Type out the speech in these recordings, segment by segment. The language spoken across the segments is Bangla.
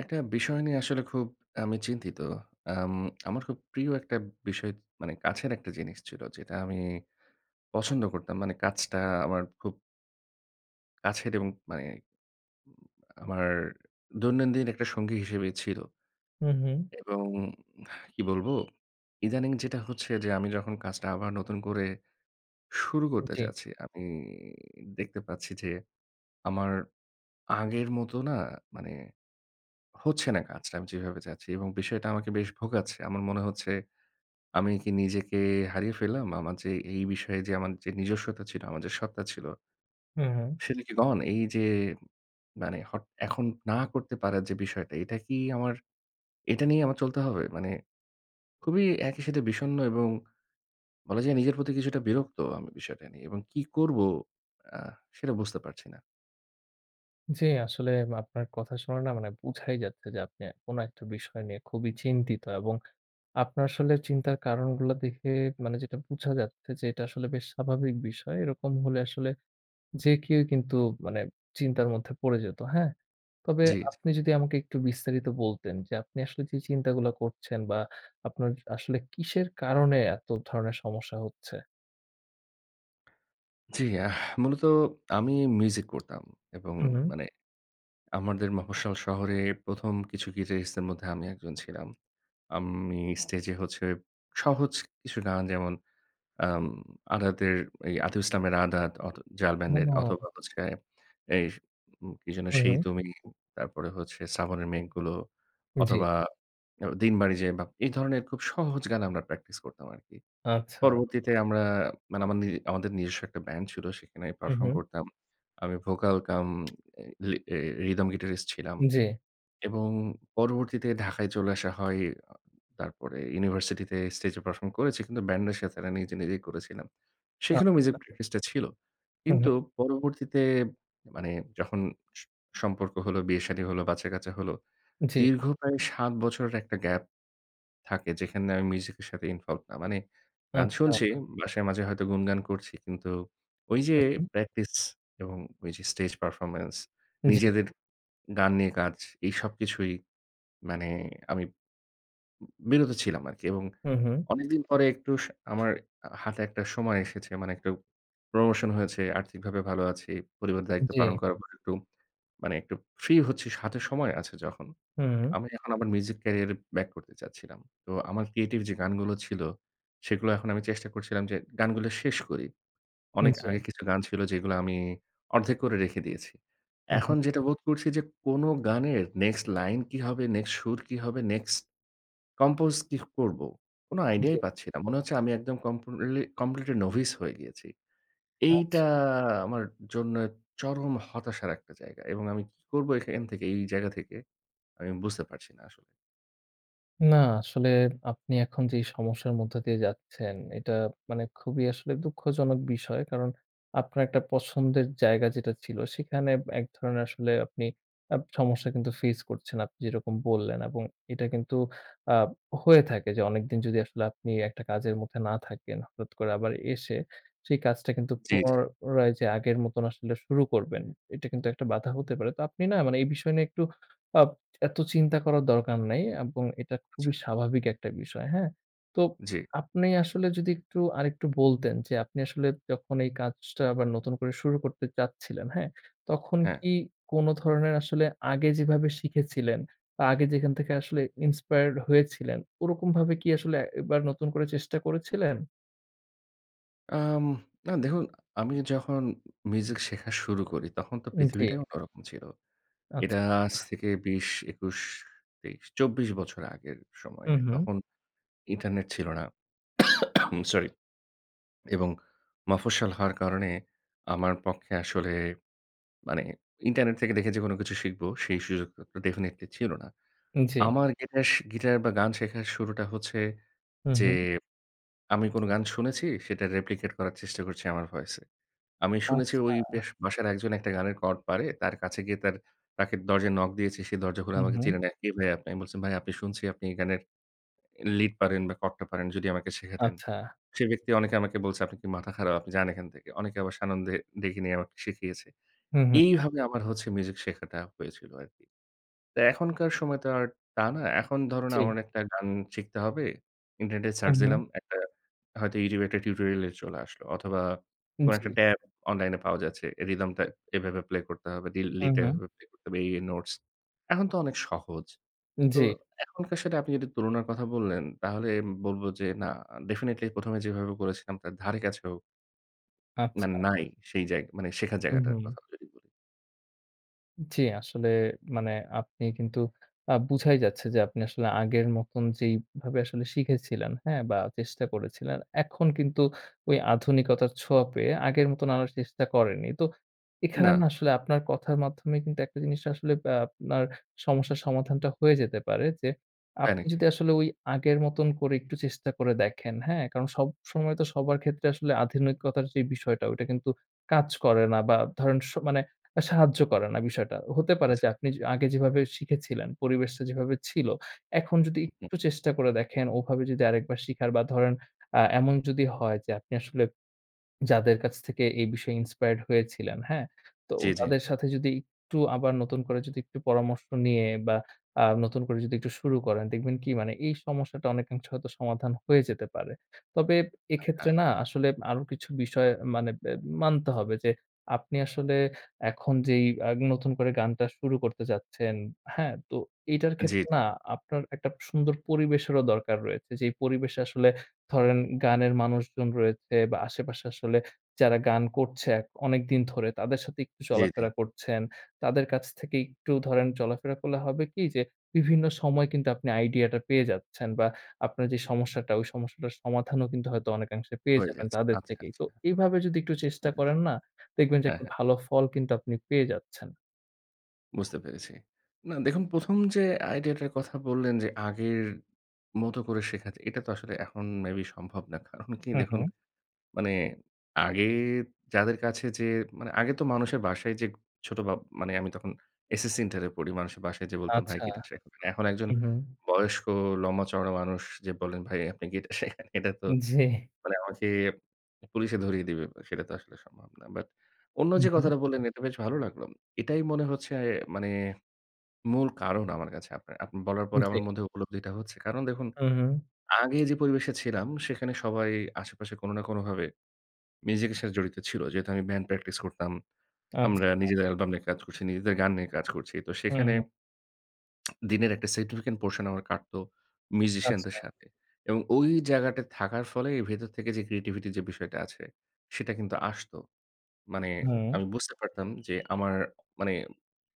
একটা বিষয় নিয়ে আসলে খুব আমি চিন্তিত। আম আমার খুব প্রিয় একটা বিষয় মানে কাছের একটা জিনিস ছিল যেটা আমি পছন্দ করতাম। মানে কাজটা আমার খুব কাছের এবং মানে আমার দৈনন্দিন একটা সঙ্গী হিসেবেই ছিল। হুম, হুম। এবং কি বলবো? ইদানিং যেটা হচ্ছে যে আমি যখন কাজটা আবার নতুন করে শুরু করতে জি। চাচ্ছি, আমি দেখতে পাচ্ছি যে আমার আগের মতো না, মানে হচ্ছে না কাজটা আমি যেভাবে চাচ্ছি এবং বিষয়টা আমাকে বেশ ভোগাচ্ছে। আমার মনে হচ্ছে আমি কি নিজেকে হারিয়ে ফেললাম? আমার যে এই বিষয়ে যে আমার যে নিজস্বতা ছিল, আমার যে সত্তা ছিল, হুম, হুম। সেটা কি গন? এই যে মানে এখন না করতে পারার যে বিষয়টা, এটা কি আমার, এটা নিয়ে আমার চলতে হবে? মানে খুবই একই সাথে বিষণ্ণ এবং বলা যায় নিজের প্রতি কিছুটা বিরক্ত আমি বিষয়টা নিয়ে এবং কি করব আহ সেটা বুঝতে পারছি না। জি, আসলে আপনার কথা শুনে মানে বুঝাই যাচ্ছে যে আপনি কোনো একটা বিষয় নিয়ে খুবই চিন্তিত এবং আপনার আসলে চিন্তার কারণগুলা দেখে মানে যেটা বুঝা যাচ্ছে যে এটা আসলে বেশ স্বাভাবিক বিষয়। এরকম হলে আসলে যে কেউই কিন্তু মানে চিন্তার মধ্যে পড়ে যেত, হ্যাঁ? তবে জি, জি। আপনি যদি আমাকে একটু বিস্তারিত বলতেন যে আপনি আসলে যে চিন্তাগুলা করছেন বা আপনার আসলে কিসের কারণে এত ধরনের সমস্যা হচ্ছে? জি, আহ মূলত আমি মিউজিক করতাম এবং হুম। মানে আমাদের মফস্বল শহরে ১ম কিছু গিটারিস্ট দের মধ্যে আমি একজন ছিলাম। আমি স্টেজে হচ্ছে সহজ কিছু গান যেমন আম আদাতের এই আতিফ ইসলামের 'আদাত' জাল হুম। ব্যান্ডের ও! অথবা হচ্ছে এই কি যেন হুম, 'সেই হুম। তুমি', তারপরে হচ্ছে 'শ্রাবণের মেঘগুলো' জি, অথবা 'দিনবাড়ি যে বাপ' এই ধরনের খুব সহজ গান আমরা প্র্যাকটিস করতাম আরকি। আচ্ছা। পরবর্তীতে আমরা মানে আমার নিজ আমাদের নিজস্ব একটা ব্যান্ড ছিল সেখানে হুম, পারফর্ম হুম। করতাম। আমি ভোকাল কাম এ লি এ রিদম গিটারিস্ট ছিলাম জি। এবং পরবর্তীতে ঢাকায় চলে আসা হয়, তারপরে ইউনিভার্সিটিতে স্টেজে পারফর্ম করেছি। কিন্তু ব্যান্ডের সাথে না, নিজেই করেছিলাম। আ সেখানেও মিউজিক প্র্যাকটিসটা ছিল। হু, কিন্তু হু। পরবর্তীতে মানে যখন স সম্পর্ক হলো, বিয়ে-শাদী হলো, বাচ্চা-কাচ্চা হলো। জি। দীর্ঘ প্রায় ৭ বছরের একটা গ্যাপ থাকে যেখানে আমি মিউজিকের সাথে ইনভলভ না। মানে গান শুনছি, আচ্ছা। বাসায় মাঝে হয়তো গুনগান করছি। কিন্তু ওই যে হু, হু। প্র্যাকটিস এবং ওই যে স্টেজ পারফরম্যান্স, জি। নিজেদের গান নিয়ে কাজ, এই সবকিছুই মানে আমি বিরত ছিলাম আরকি এবং হু, হু। অনেকদিন পরে একটু স আমার হাতে একটা সময় এসেছে। মানে একটু প্রমোশন হয়েছে, আর্থিকভাবে ভালো আছি। পরিবারের দায়িত্ব জি। পালন করার পর একটু মানে একটু ফ্রি হচ্ছি, হাতে সময় আছে যখন। হু, হু। আমি এখন আমার মিউজিক ক্যারিয়ারে ব্যাক করতে চাচ্ছিলাম। তো আমার ক্রিয়েটিভ যে গানগুলো ছিল, সেগুলো এখন আমি চেষ্টা করছিলাম যে গানগুলো শেষ করি। অনেক জি। আগে কিছু গান ছিল যেগুলো আমি অর্ধেক করে রেখে দিয়েছি। হু, হু। এখন যেটা বোধ করছি যে কোন গানের নেক্সট লাইন কি হবে, নেক্সট সুর কি হবে, নেক্সট কম্পোজ কি করব? কোন আইডিয়াই জি। পাচ্ছি না। মনে হচ্ছে আমি একদম কমপ্লিটলি novice হয়ে গিয়েছি। আচ্ছা। এইটা আমার জন্য চরম হতাশার একটা জায়গা এবং আমি কি করব এখান থেকে, এই জায়গা থেকে আমি বুঝতে পারছি না আসলে। না, আসলে আপনি এখন যেই সমস্যার মধ্য দিয়ে যাচ্ছেন, এটা মানে খুবই আসলে দুঃখজনক বিষয়। কারণ আপনার একটা পছন্দের জায়গা যেটা ছিল, সেখানে এক ধরনের আসলে আপনি সমস্যা কিন্তু ফেস করছেন, আপনি যেরকম বললেন এবং এটা কিন্তু আ হয়ে থাকে যে অনেকদিন যদি আসলে আপনি একটা কাজের মধ্যে না থাকেন, হঠাৎ করে আবার এসে সেই কাজটা কিন্তু জি, জি। পুনরায় যে আগের মতন আসলে শুরু করবেন, এটা কিন্তু একটা বাধা হতে পারে। তো আপনি মানে এই বিষয় নিয়ে একটু আ এত চিন্তা করার দরকার নাই এবং এটা আচ্ছা, খুবই স্বাভাবিক একটা বিষয়, হ্যাঁ? তো জি, আপনি আসলে যদি একটু আরেকটু বলতেন যে আপনি আসলে যখন এই কাজটা আবার নতুন করে শুরু করতে চাচ্ছিলেন, হ্যাঁ? তখন হ্যাঁ। কি কোনো ধরনের আসলে আগে যেভাবে শিখেছিলেন বা আগে যেখান থেকে আসলে inspired হয়েছিলেন, ওরকমভাবে কি আসলে এবার নতুন করে চেষ্টা করেছিলেন? আম না দেখুন, আমি যখন মিউজিক শেখা শুরু করি তখন তো জি, পৃথিবীটাই অন্যরকম ছিল। এটা আচ্ছা। আজ থেকে ২০, ২১, ২৩, ২৪ বছর আগের সময়ে। হুম, হুম। তখন ইন্টারনেট ছিল না। সরি। এবং মফস্বল হওয়ার কারণে আমার পক্ষে আসলে মানে ইন্টারনেট থেকে দেখে যে কোনো কিছু শিখব, সেই সুযোগটা তো ডেফিনিটলি ছিল না। জি। আমার গিটার বা গান শেখার শুরুটা হচ্ছে হুম, যে, হুম। আমি কোনো গান শুনেছি, সেটা রেপ্লিকেট করার চেষ্টা করছি আমার ভয়েসে। আমি শুনেছি আচ্ছা। ওই বেশ বাসার একজন একটা গানের কর্ড পারে, তার কাছে গিয়ে তাকে দরজায় নক দিয়েছি, সে দরজা খুলে হুম, আমাকে হুম। চিনে না, "কে ভাই আপনি?" আমি বলছি, "ভাই আপনি শুনছি আপনি এই গানের লিড পারেন বা কট্টা পারেন যদি আমাকে শেখাতেন।" আচ্ছা। সে ব্যক্তি, অনেকে আমাকে বলছে, "আপনি কি মাথা খারাপ? আপনি যান এখান থেকে।" অনেকে আবার সানন্দে ডেকে নিয়ে আমাকে শিখিয়েছে। হুম, হুম। এইভাবে আমার হচ্ছে মিউজিক শেখাটা হয়েছিল আরকি। তো এখনকার সময় তো আর তা না। এখন ধরুন জি। আমার একটা গান শিখতে হবে। ইন্টারনেটে সার্চ হুম, হুম। দিলাম। একটা হয়তো YouTube একটা টিউটোরিয়ালে চলে আসলো অথবা কোনো জি। একটা ট্যাব অনলাইনে পাওয়া যাচ্ছে। রিদমটা এভাবে প্লে করতে হবে। হুম, লিডটা হুম। এভাবে প্লে করতে হবে। এই নোটস। এখন তো অনেক সহজ। তো জি। এখনকার সাথে আপনি যদি তুলনার কথা বললেন, তাহলে বলব যে না, ডেফিনিটলি ১ম এ যেভাবে করেছিলাম তার ধারে কাছেও আচ্ছা। মানে নাই, সেই জায়গা মানে শেখার হুম, জায়গাটার হুম। কথা যদি বলি। জি, আসলে মানে আপনি কিন্তু বুঝাই যাচ্ছে যে আপনি আসলে আগের মতন যেইভাবে আসলে শিখেছিলেন, হ্যাঁ? বা চেষ্টা করেছিলেন, এখন কিন্তু ওই আধুনিকতার ছোঁয়া পেয়ে আগের মতন আর চেষ্টা করেননি। তো এখানে না, আসলে আপনার কথার মাধ্যমে কিন্তু একটা জিনিস আসলে আপনার সমস্যার সমাধানটা হয়ে যেতে পারে যে, তাই আপনি নাকি? যদি আসলে ওই আগের মতন করে একটু চেষ্টা করে দেখেন, হ্যাঁ? কারণ সবসময় তো সবার ক্ষেত্রে আসলে আধুনিকতার যে বিষয়টা ওইটা কিন্তু কাজ করে না বা ধরেন মানে সাহায্য করে না বিষয়টা। হতে পারে আচ্ছা। যে আগে যেভাবে শিখেছিলেন, পরিবেশটা যেভাবে ছিল, এখন যদি হুম, একটু চেষ্টা করে দেখেন, ওভাবে যদি আরেকবার শিখার বা ধরেন এমন যদি হয় যে আপনি আসলে যাদের কাছ থেকে এই বিষয়ে ইন্সপায়ার্ড হয়েছিলেন, হ্যাঁ? তো জি, জি। তাদের সাথে যদি একটু আবার নতুন করে যদি একটু পরামর্শ নিয়ে বা নতুন করে যদি একটু শুরু করেন, দেখবেন কি মানে এই সমস্যাটা অনেকাংশে হয়তো সমাধান হয়ে যেতে পারে। তবে এক্ষেত্রে হ্যাঁ, আসলে আরো কিছু বিষয় মানে বে মানতে হবে যে আপনি আসলে এখন যেই নতুন করে গানটা শুরু করতে যাচ্ছেন, হ্যাঁ? তো এইটার জি, ক্ষেত্রে না আপনার একটা সুন্দর পরিবেশেরও দরকার রয়েছে। যেই পরিবেশে আসলে ধরেন গানের মানুষজন রয়েছে বা আশেপাশে আসলে যারা গান করছে অনেকদিন ধরে তাদের সাথে একটু জি, জি, জি। চলাফেরা করছেন। তাদের কাছ থেকে একটু ধরেন চলাফেরা করলে হবে কি যে বিভিন্ন সময় কিন্তু আপনি আইডিয়াটা পেয়ে যাচ্ছেন বা আপনার যে সমস্যাটা ওই সমস্যাটার সমাধানও কিন্তু হয়তো অনেকাংশে পেয়ে হয়ে যাবেন যাচ্ছে। তাদের আচ্ছা, থেকেই। আচ্ছা। তো এইভাবে যদি একটু চেষ্টা বুঝতে পেরেছি। করেন না, দেখবেন যে হ্যাঁ, একটা হ্যাঁ, ভালো ফল কিন্তু আপনি পেয়ে যাচ্ছেন। বুঝতে পেরেছি। না দেখুন, ১ম যে আইডিয়াটার কথা বললেন যে আগের মতো করে শেখা, এটা তো আসলে এখন মেবি সম্ভব না। কারণ কি হুম, দেখুন, হুম। মানে আগে যাদের কাছে যে মানে আগে তো মানুষের বাসায় যে ছোট বা মানে আমি তখন এসএস ইন্টারে পড়ি। মানুষের বাসায় যেয়ে বলতাম, "ভাই আচ্ছা। গিটার শেখাবেন।" এখন একজন হুম, হুম। বয়স্ক লম্বা চওড়া মানুষ যে বলেন, "ভাই আপনি গিটার শেখান।" এটা তো জি। মানে আমাকে পুলিশে ধরিয়ে দিবে। সেটা তো আসলে সম্ভব না। বাট অন্য হুম, যে হুম। কথাটা বললেন এটা বেশ ভালো লাগলো। এটাই মনে হচ্ছে মানে মূল কারণ আমার কাছে আপনি বলার পরে জি। আমার মধ্যে উপলব্ধিটা হচ্ছে। কারণ দেখুন, হুম, হুম। আগে যে পরিবেশে ছিলাম সেখানে সবাই আশেপাশে কোনো না কোনোভাবে মিউজিকের সাথে জড়িত ছিল। যেহেতু আমি ব্যান্ড প্র্যাকটিস করতাম। আচ্ছা। আমরা নিজেদের অ্যালবাম নিয়ে কাজ করছি, নিজেদের গান নিয়ে কাজ করছি। তো হুম, সেখানে হুম। দিনের একটা significant portion আমার কাটতো মিউজিশিয়ানদের আচ্ছা। সাথে। এবং ওই জায়গাটায় থাকার ফলে ভেতর থেকে যে ক্রিয়েটিভিটি যে বিষয়টা আছে, সেটা কিন্তু আসতো। মানে হুম। আমি বুঝতে পারতাম যে আমার মানে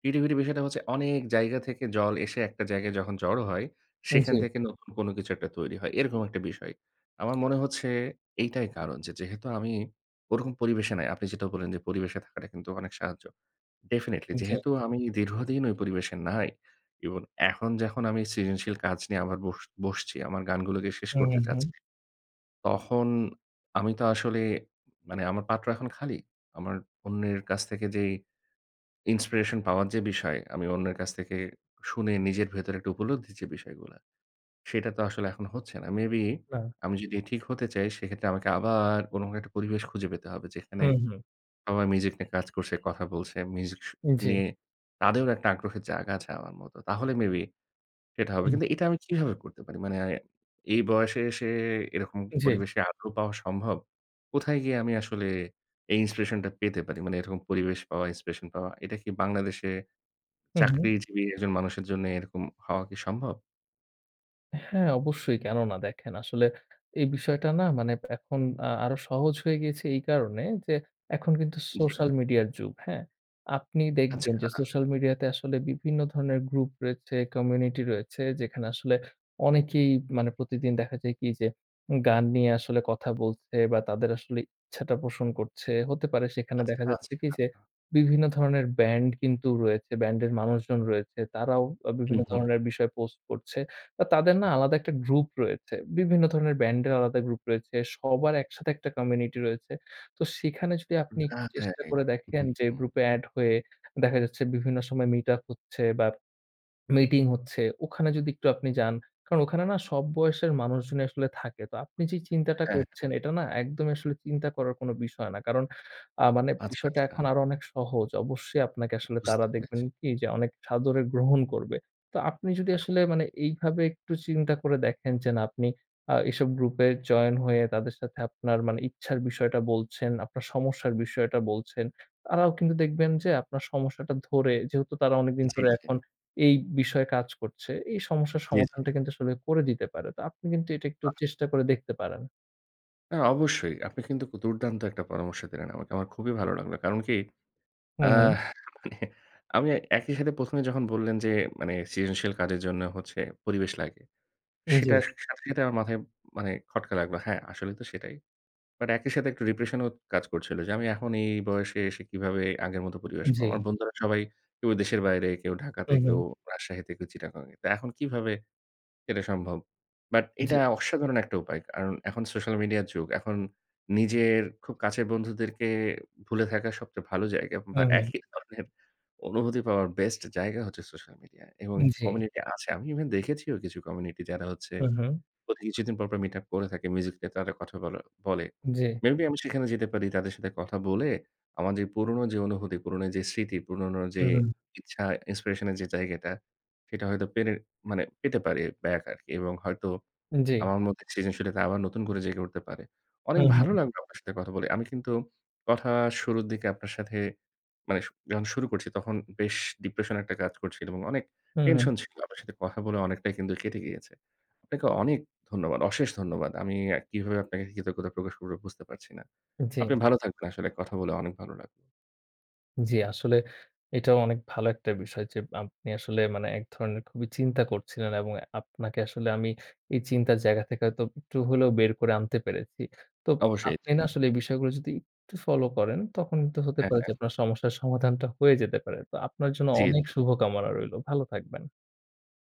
ক্রিয়েটিভিটি বিষয়টা হচ্ছে অনেক জায়গা থেকে জল এসে একটা জায়গায় যখন জড়ো হয়, সেখান জি। থেকে নতুন কোনো কিছু একটা তৈরি হয়। এরকম একটা বিষয়। আমার মনে হচ্ছে এইটাই কারণ যে যেহেতু আমি ওরকম পরিবেশে নাই। আপনি যেটা বললেন যে পরিবেশে থাকাটা কিন্তু অনেক সাহায্য। ডেফিনিটলি জি। যেহেতু আমি দীর্ঘদিন ওই পরিবেশে নাই এবং এখন যখন আমি সৃজনশীল কাজ নিয়ে আবার বসছি, আমার গানগুলোকে শেষ হুম, করতে হুম, হুম। চাচ্ছি। তখন আমি তো আসলে মানে আমার পাত্র এখন খালি। আমার অন্যের কাছ থেকে যেই ইন্সপিরেশন পাওয়ার যে বিষয়, আমি অন্যের কাছ থেকে শুনে নিজের ভেতরে একটা উপলব্ধির যে বিষয়গুলা, সেটা তো আসলে এখন হচ্ছে না। মেবি না। আমি যদি ঠিক হতে চাই সেক্ষেত্রে আমাকে আবার কোনো একটা পরিবেশ খুঁজে পেতে হবে যেখানে হুম, হুম। সবাই মিউজিক নিয়ে কাজ করছে, কথা বলছে, মিউজিক শু জি। নিয়ে তাদেরও একটা আগ্রহের জায়গা আছে আমার মতো। তাহলে মেবি সেটা হবে। হুম, কিন্তু এটা আমি কিভাবে করতে পারি? মানে এই বয়সে এসে এরকম জি। পরিবেশে আদৌ পাওয়া সম্ভব? কোথায় গিয়ে আমি আসলে এই ইন্সপিরেশন টা পেতে পারি? মানে এরকম পরিবেশ পাওয়া, ইন্সপিরেশন পাওয়া। এটা কি বাংলাদেশে হুম, হুম। চাকরিজীবী একজন মানুষের জন্য এরকম হওয়া কি সম্ভব? হ্যাঁ, অবশ্যই কেন না? দেখেন আসলে এই বিষয়টা মানে এখন আরো সহজ হয়ে গিয়েছে এই কারণে যে এখন কিন্তু জি। সোশ্যাল মিডিয়ার যুগ, হ্যাঁ? আপনি হুম। আচ্ছা, দেখবেন যে সোশ্যাল মিডিয়াতে আসলে বিভিন্ন ধরনের গ্রুপ রয়েছে, কমিউনিটি রয়েছে যেখানে আসলে অনেকেই মানে প্রতিদিন দেখা যায় কি যে গান নিয়ে আসলে কথা বলছে বা তাদের আসলে ইচ্ছাটা পোষণ করছে। হতে পারে সেখানে আচ্ছা, দেখা যাচ্ছে আচ্ছা। কি যে বিভিন্ন ধরনের ব্যান্ড কিন্তু রয়েছে, ব্যান্ডের মানুষজন রয়েছে। তারাও হুম, বিভিন্ন হুম। ধরনের বিষয় পোস্ট করছে। তাদের না আলাদা একটা গ্রুপ রয়েছে। বিভিন্ন ধরনের ব্যান্ডের আলাদা গ্রুপ রয়েছে। সবার একসাথে একটা কমিউনিটি রয়েছে। তো সেখানে যদি আপনি একটু চেষ্টা রাইট। করে দেখেন হুম, যে হুম। গ্রুপে এড হয়ে দেখা যাচ্ছে বিভিন্ন সময় মিট আপ হচ্ছে বা মিটিং হচ্ছে, ওখানে যদি একটু আপনি যান। কারণ ওখানে না সব বয়সের মানুষজনই আসলে থাকে। তো আপনি যে চিন্তাটা হ্যাঁ। করছেন এটা না একদমই আসলে চিন্তা করার কোনো বিষয় না। কারণ মানে আচ্ছা, বিষয়টা আচ্ছা। এখন আরো অনেক সহজ। অবশ্যই আপনাকে আসলে বুঝতে তারা দেখবেন পেরেছি। কি যে অনেক সাদরে গ্রহণ করবে। তো আপনি যদি আসলে মানে এইভাবে একটু চিন্তা করে দেখেন যে না আপনি এসব গ্রুপে জয়েন হয়ে তাদের সাথে আপনার মানে ইচ্ছার বিষয়টা বলছেন, আপনার সমস্যার বিষয়টা বলছেন। তারাও কিন্তু দেখবেন যে আপনার সমস্যাটা ধরে যেহেতু তারা অনেকদিন জি, ধরে জি। এখন এই বিষয়ে কাজ করছে। এই সমস্যার হুম। জি, জি। সমাধানটা কিন্তু আসলে করে দিতে পারে। তো আপনি কিন্তু এটা একটু বাহ! চেষ্টা করে দেখতে পারেন। হ্যাঁ, অবশ্যই। আপনি কিন্তু দুর্দান্ত একটা পরামর্শ দিলেন আমাকে। আমার খুবই ভালো লাগলো। কারণ কি হুম, আহ হুম। মানে আমি একই সাথে ১ম এ যখন বললেন যে মানে সৃজনশীল কাজের জন্য হচ্ছে পরিবেশ লাগে। জি, সেটার সাথে, সাথে আমার মাথায় মানে খটকা লাগলো। হ্যাঁ, আসলেই তো সেটাই। বাট একই সাথে একটু ডিপ্রেশন ও কাজ করছিল যে আমি এখন এই বয়সে এসে কিভাবে আগের মতো পরিবেশ পাবো। জি। আমার বন্ধুরা সবাই কেউ দেশের বাইরে, কেউ ঢাকাতে, হুম, হুম। কেউ রাজশাহীতে, কেউ চিটাগং এ। তো এখন কিভাবে সেটা সম্ভব। বাট এটা জি। অসাধারণ একটা উপায়। কারণ এখন সোশ্যাল মিডিয়ার যুগ। এখন নিজের খুব কাছের বন্ধুদেরকে ভুলে থাকার সবচেয়ে ভালো জায়গা বা হুম, হুম। একই ধরনের অনুভূতি পাওয়ার বেস্ট জায়গা হচ্ছে সোশ্যাল মিডিয়া এবং জি। কমিউনিটি আছে। আমি ইভেন দেখেছিও কিছু কমিউনিটি যারা হচ্ছে হুম, হুম। প্রতি কিছুদিন পরপর মিট আপ করে থাকে, মিউজিক নিয়ে তারা কথা বলা বলে। জি। মেবি আমি সেখানে যেতে পারি, তাদের সাথে কথা বলে আমার যে পুরনো যে অনুভূতি, পুরনো যে স্মৃতি, পুরনো যে হুম, হুম। ইচ্ছা, inspiration এর যে জায়গাটা সেটা হয়তো মানে পেতে পারি ব্যাক আরকি এবং হয়তো জি। আমার মধ্যে সৃজনশীলতা আবার নতুন করে জেগে উঠতে পারে। অনেক হুম, ভালো হুম। লাগলো আপনার সাথে কথা বলে। আমি কিন্তু কথা শুরুর দিকে আপনার সাথে মানে যখন শুরু করছি তখন বেশ ডিপ্রেশন একটা কাজ করছিল এবং অনেক হুম, হুম, টেনশন ছিল। আপনার সাথে কথা বলে অনেকটাই কিন্তু কেটে গিয়েছে। আপনাকে অনেক ধন্যবাদ। অশেষ ধন্যবাদ। আমি কিভাবে আপনাকে কৃতজ্ঞতা প্রকাশ করব বুঝতে পারছি না। জি। আপনি ভালো থাকবেন। আসলে কথা বলে অনেক ভালো লাগলো। জি, আসলে এটাও অনেক ভালো একটা বিষয় যে আপনি আসলে মানে এক ধরনের খুবই চিন্তা করছিলেন এবং আপনাকে আসলে আমি এই চিন্তার জায়গা থেকে হয়তো একটু হলেও বের করে আনতে পেরেছি। তো অবশ্যই আপনি জি। আসলে এই বিষয়গুলো যদি একটু ফলো করেন তখন কিন্তু হতে হ্যাঁ, পারে যে হ্যাঁ। আপনার সমস্যার সমাধানটা হয়ে যেতে পারে। তো আপনার জন্য জি, অনেক জি। শুভকামনা রইলো। ভালো থাকবেন।